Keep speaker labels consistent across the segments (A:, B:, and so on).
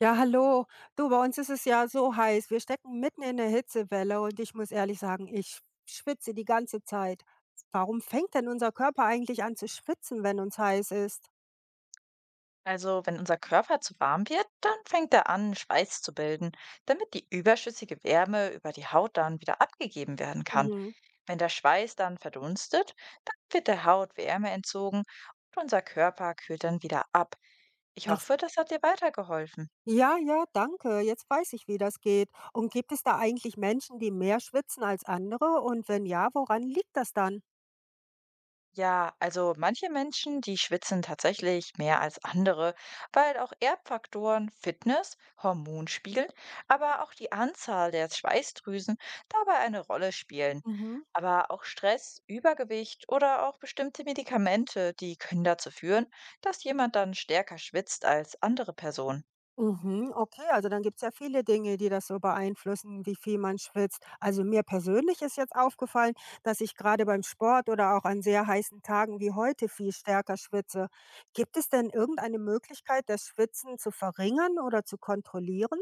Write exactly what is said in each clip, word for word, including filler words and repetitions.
A: Ja, hallo. Du, bei uns ist es ja so heiß. Wir stecken mitten in der Hitzewelle und ich muss ehrlich sagen, ich schwitze die ganze Zeit. Warum fängt denn unser Körper eigentlich an zu schwitzen, wenn uns heiß ist?
B: Also, wenn unser Körper zu warm wird, dann fängt er an, Schweiß zu bilden, damit die überschüssige Wärme über die Haut dann wieder abgegeben werden kann.
A: Mhm.
B: Wenn der Schweiß dann verdunstet, dann wird der Haut Wärme entzogen und unser Körper kühlt dann wieder ab. Ich
A: Ach, s-
B: hoffe, das hat dir weitergeholfen.
A: Ja, ja, danke. Jetzt weiß ich, wie das geht. Und gibt es da eigentlich Menschen, die mehr schwitzen als andere? Und wenn ja, woran liegt das dann?
B: Ja, also manche Menschen, die schwitzen tatsächlich mehr als andere, weil auch Erbfaktoren, Fitness, Hormonspiegel, aber auch die Anzahl der Schweißdrüsen dabei eine Rolle spielen.
A: Mhm.
B: Aber auch Stress, Übergewicht oder auch bestimmte Medikamente, die können dazu führen, dass jemand dann stärker schwitzt als andere Personen.
A: Mhm, okay, also dann gibt es ja viele Dinge, die das so beeinflussen, wie viel man schwitzt. Also mir persönlich ist jetzt aufgefallen, dass ich gerade beim Sport oder auch an sehr heißen Tagen wie heute viel stärker schwitze. Gibt es denn irgendeine Möglichkeit, das Schwitzen zu verringern oder zu kontrollieren?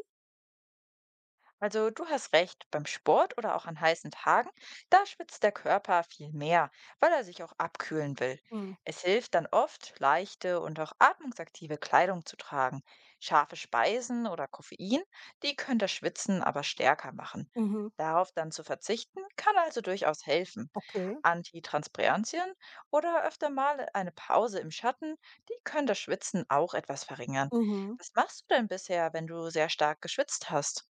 B: Also du hast recht, beim Sport oder auch an heißen Tagen, da schwitzt der Körper viel mehr, weil er sich auch abkühlen will.
A: Hm.
B: Es hilft dann oft, leichte und auch atmungsaktive Kleidung zu tragen. Scharfe Speisen oder Koffein, die können das Schwitzen aber stärker machen.
A: Mhm,
B: Darauf dann zu verzichten, kann also durchaus helfen.
A: okay.
B: Antitranspirantien oder öfter mal eine Pause im Schatten, die können das Schwitzen auch etwas verringern.
A: Mhm.
B: Was machst du denn bisher, wenn du sehr stark geschwitzt hast?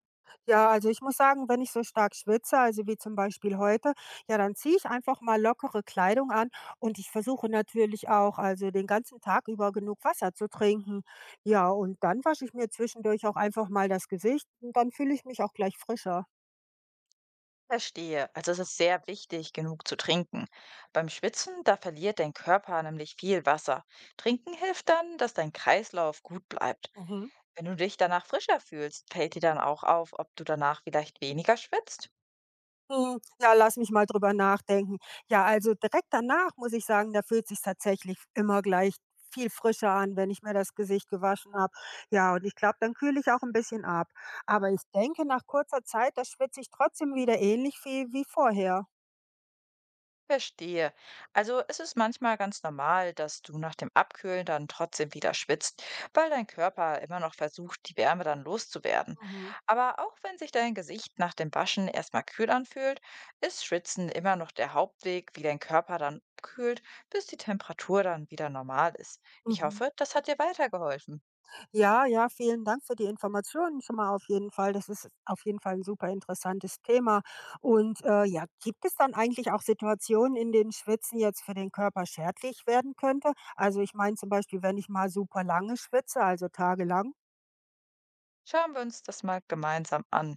A: Ja, also ich muss sagen, wenn ich so stark schwitze, also wie zum Beispiel heute, ja, dann ziehe ich einfach mal lockere Kleidung an und ich versuche natürlich auch, also den ganzen Tag über genug Wasser zu trinken. Ja, und dann wasche ich mir zwischendurch auch einfach mal das Gesicht und dann fühle ich mich auch gleich frischer.
B: Verstehe. Also es ist sehr wichtig, genug zu trinken. Beim Schwitzen, da verliert dein Körper nämlich viel Wasser. Trinken hilft dann, dass dein Kreislauf gut bleibt.
A: Mhm.
B: Wenn du dich danach frischer fühlst, fällt dir dann auch auf, ob du danach vielleicht weniger schwitzt.
A: Hm, ja, lass mich mal drüber nachdenken. Ja, also direkt danach muss ich sagen, da fühlt sich tatsächlich immer gleich viel frischer an, wenn ich mir das Gesicht gewaschen habe. Ja, und ich glaube, dann kühle ich auch ein bisschen ab. Aber ich denke, nach kurzer Zeit, da schwitze ich trotzdem wieder ähnlich viel wie vorher.
B: Verstehe. Also es ist manchmal ganz normal, dass du nach dem Abkühlen dann trotzdem wieder schwitzt, weil dein Körper immer noch versucht, die Wärme dann loszuwerden.
A: Mhm.
B: Aber auch wenn sich dein Gesicht nach dem Waschen erstmal kühl anfühlt, ist Schwitzen immer noch der Hauptweg, wie dein Körper dann abkühlt, bis die Temperatur dann wieder normal ist. Ich
A: Mhm.
B: hoffe, das hat dir weitergeholfen.
A: Ja, ja, vielen Dank für die Informationen schon mal auf jeden Fall. Das ist auf jeden Fall ein super interessantes Thema. Und, äh, ja, gibt es dann eigentlich auch Situationen, in denen Schwitzen jetzt für den Körper schädlich werden könnte? Also, ich meine zum Beispiel, wenn ich mal super lange schwitze, also tagelang.
B: Schauen wir uns das mal gemeinsam an.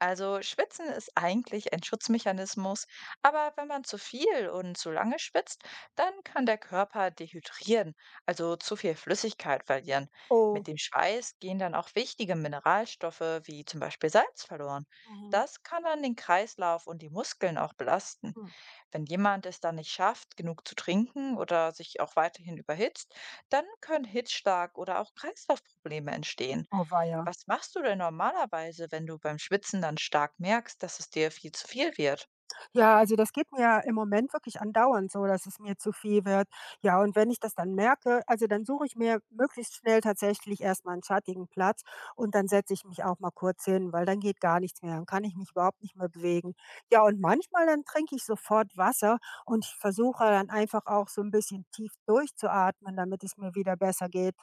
B: Also Schwitzen ist eigentlich ein Schutzmechanismus, aber wenn man zu viel und zu lange schwitzt, dann kann der Körper dehydrieren, also zu viel Flüssigkeit verlieren.
A: Oh,
B: Mit dem Schweiß gehen dann auch wichtige Mineralstoffe wie zum Beispiel Salz verloren.
A: mhm,
B: Das kann dann den Kreislauf und die Muskeln auch belasten.
A: hm,
B: Wenn jemand es dann nicht schafft, genug zu trinken oder sich auch weiterhin überhitzt, dann können Hitzschlag oder auch Kreislaufprobleme entstehen.
A: oh weia.
B: Was machst du denn normalerweise, wenn du beim Schwitzen dann stark merkst, dass es dir viel zu viel wird?
A: Ja, also das geht mir ja im Moment wirklich andauernd so, dass es mir zu viel wird. Ja, und wenn ich das dann merke, also dann suche ich mir möglichst schnell tatsächlich erstmal einen schattigen Platz und dann setze ich mich auch mal kurz hin, weil dann geht gar nichts mehr, dann kann ich mich überhaupt nicht mehr bewegen. Ja, und manchmal, dann trinke ich sofort Wasser und ich versuche dann einfach auch so ein bisschen tief durchzuatmen, damit es mir wieder besser geht.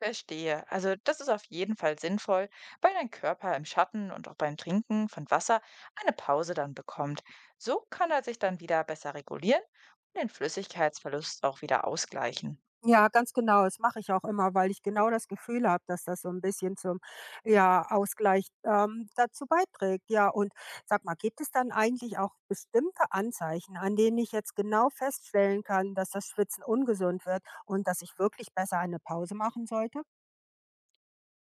B: Verstehe. Also das ist auf jeden Fall sinnvoll, weil dein Körper im Schatten und auch beim Trinken von Wasser eine Pause dann bekommt. So kann er sich dann wieder besser regulieren und den Flüssigkeitsverlust auch wieder ausgleichen.
A: Ja, ganz genau. Das mache ich auch immer, weil ich genau das Gefühl habe, dass das so ein bisschen zum, ja, Ausgleich, ähm, dazu beiträgt. Ja, und sag mal, gibt es dann eigentlich auch bestimmte Anzeichen, an denen ich jetzt genau feststellen kann, dass das Schwitzen ungesund wird und dass ich wirklich besser eine Pause machen sollte?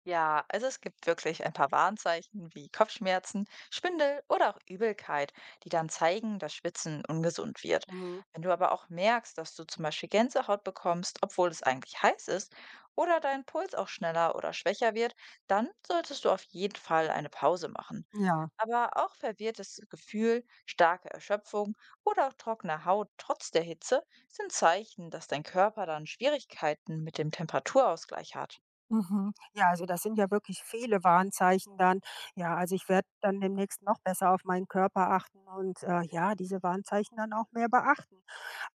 B: Ja, also es gibt wirklich ein paar Warnzeichen wie Kopfschmerzen, Schwindel oder auch Übelkeit, die dann zeigen, dass Schwitzen ungesund wird.
A: Mhm.
B: Wenn du aber auch merkst, dass du zum Beispiel Gänsehaut bekommst, obwohl es eigentlich heiß ist, oder dein Puls auch schneller oder schwächer wird, dann solltest du auf jeden Fall eine Pause machen.
A: Ja.
B: Aber auch verwirrtes Gefühl, starke Erschöpfung oder auch trockene Haut trotz der Hitze sind Zeichen, dass dein Körper dann Schwierigkeiten mit dem Temperaturausgleich hat.
A: Mhm. Ja, also das sind ja wirklich viele Warnzeichen dann. Ja, also ich werde dann demnächst noch besser auf meinen Körper achten und, äh, ja, diese Warnzeichen dann auch mehr beachten.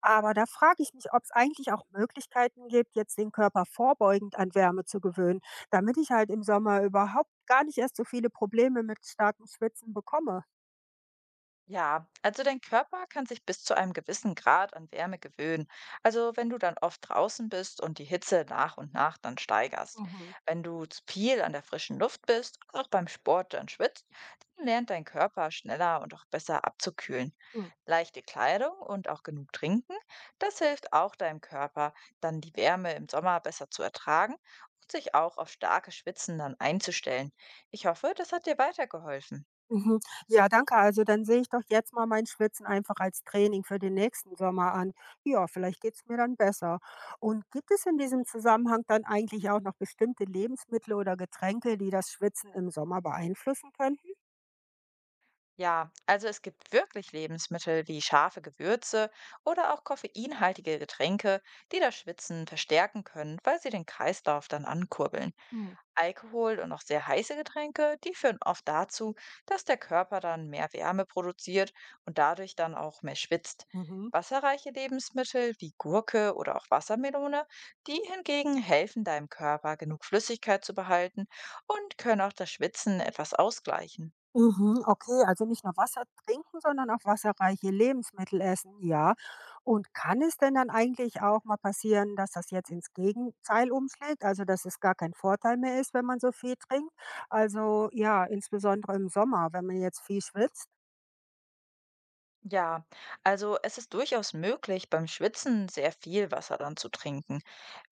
A: Aber da frage ich mich, ob es eigentlich auch Möglichkeiten gibt, jetzt den Körper vorbeugend an Wärme zu gewöhnen, damit ich halt im Sommer überhaupt gar nicht erst so viele Probleme mit starkem Schwitzen bekomme.
B: Ja, also dein Körper kann sich bis zu einem gewissen Grad an Wärme gewöhnen. Also wenn du dann oft draußen bist und die Hitze nach und nach dann steigerst.
A: Mhm.
B: Wenn du zu viel an der frischen Luft bist, auch beim Sport dann schwitzt, dann lernt dein Körper schneller und auch besser abzukühlen.
A: Hm.
B: Leichte Kleidung und auch genug trinken, das hilft auch deinem Körper, dann die Wärme im Sommer besser zu ertragen und sich auch auf starke Schwitzen dann einzustellen. Ich hoffe, das hat dir weitergeholfen.
A: Mhm. Ja, danke. Also dann sehe ich doch jetzt mal mein Schwitzen einfach als Training für den nächsten Sommer an. Ja, vielleicht geht's mir dann besser. Und gibt es in diesem Zusammenhang dann eigentlich auch noch bestimmte Lebensmittel oder Getränke, die das Schwitzen im Sommer beeinflussen könnten?
B: Ja, also es gibt wirklich Lebensmittel wie scharfe Gewürze oder auch koffeinhaltige Getränke, die das Schwitzen verstärken können, weil sie den Kreislauf dann ankurbeln.
A: Hm.
B: Alkohol und auch sehr heiße Getränke, die führen oft dazu, dass der Körper dann mehr Wärme produziert und dadurch dann auch mehr schwitzt.
A: Mhm.
B: Wasserreiche Lebensmittel wie Gurke oder auch Wassermelone, die hingegen helfen deinem Körper, genug Flüssigkeit zu behalten und können auch das Schwitzen etwas ausgleichen.
A: Mhm, okay, also nicht nur Wasser trinken, sondern auch wasserreiche Lebensmittel essen, ja. Und kann es denn dann eigentlich auch mal passieren, dass das jetzt ins Gegenteil umschlägt, also dass es gar kein Vorteil mehr ist, wenn man so viel trinkt? Also ja, insbesondere im Sommer, wenn man jetzt viel schwitzt.
B: Ja, also es ist durchaus möglich, beim Schwitzen sehr viel Wasser dann zu trinken.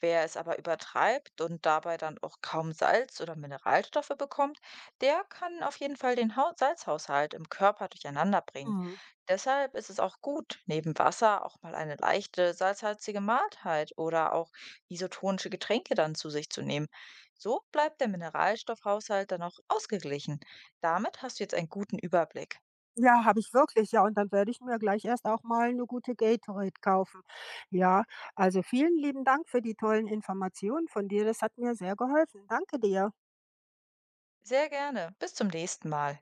B: Wer es aber übertreibt und dabei dann auch kaum Salz oder Mineralstoffe bekommt, der kann auf jeden Fall den Hau- Salzhaushalt im Körper durcheinander bringen.
A: Mhm.
B: Deshalb ist es auch gut, neben Wasser auch mal eine leichte salzhaltige Mahlzeit oder auch isotonische Getränke dann zu sich zu nehmen. So bleibt der Mineralstoffhaushalt dann auch ausgeglichen. Damit hast du jetzt einen guten Überblick.
A: Ja, habe ich wirklich, ja. Und dann werde ich mir gleich erst auch mal eine gute Gatorade kaufen. Ja, also vielen lieben Dank für die tollen Informationen von dir. Das hat mir sehr geholfen. Danke dir.
B: Sehr gerne. Bis zum nächsten Mal.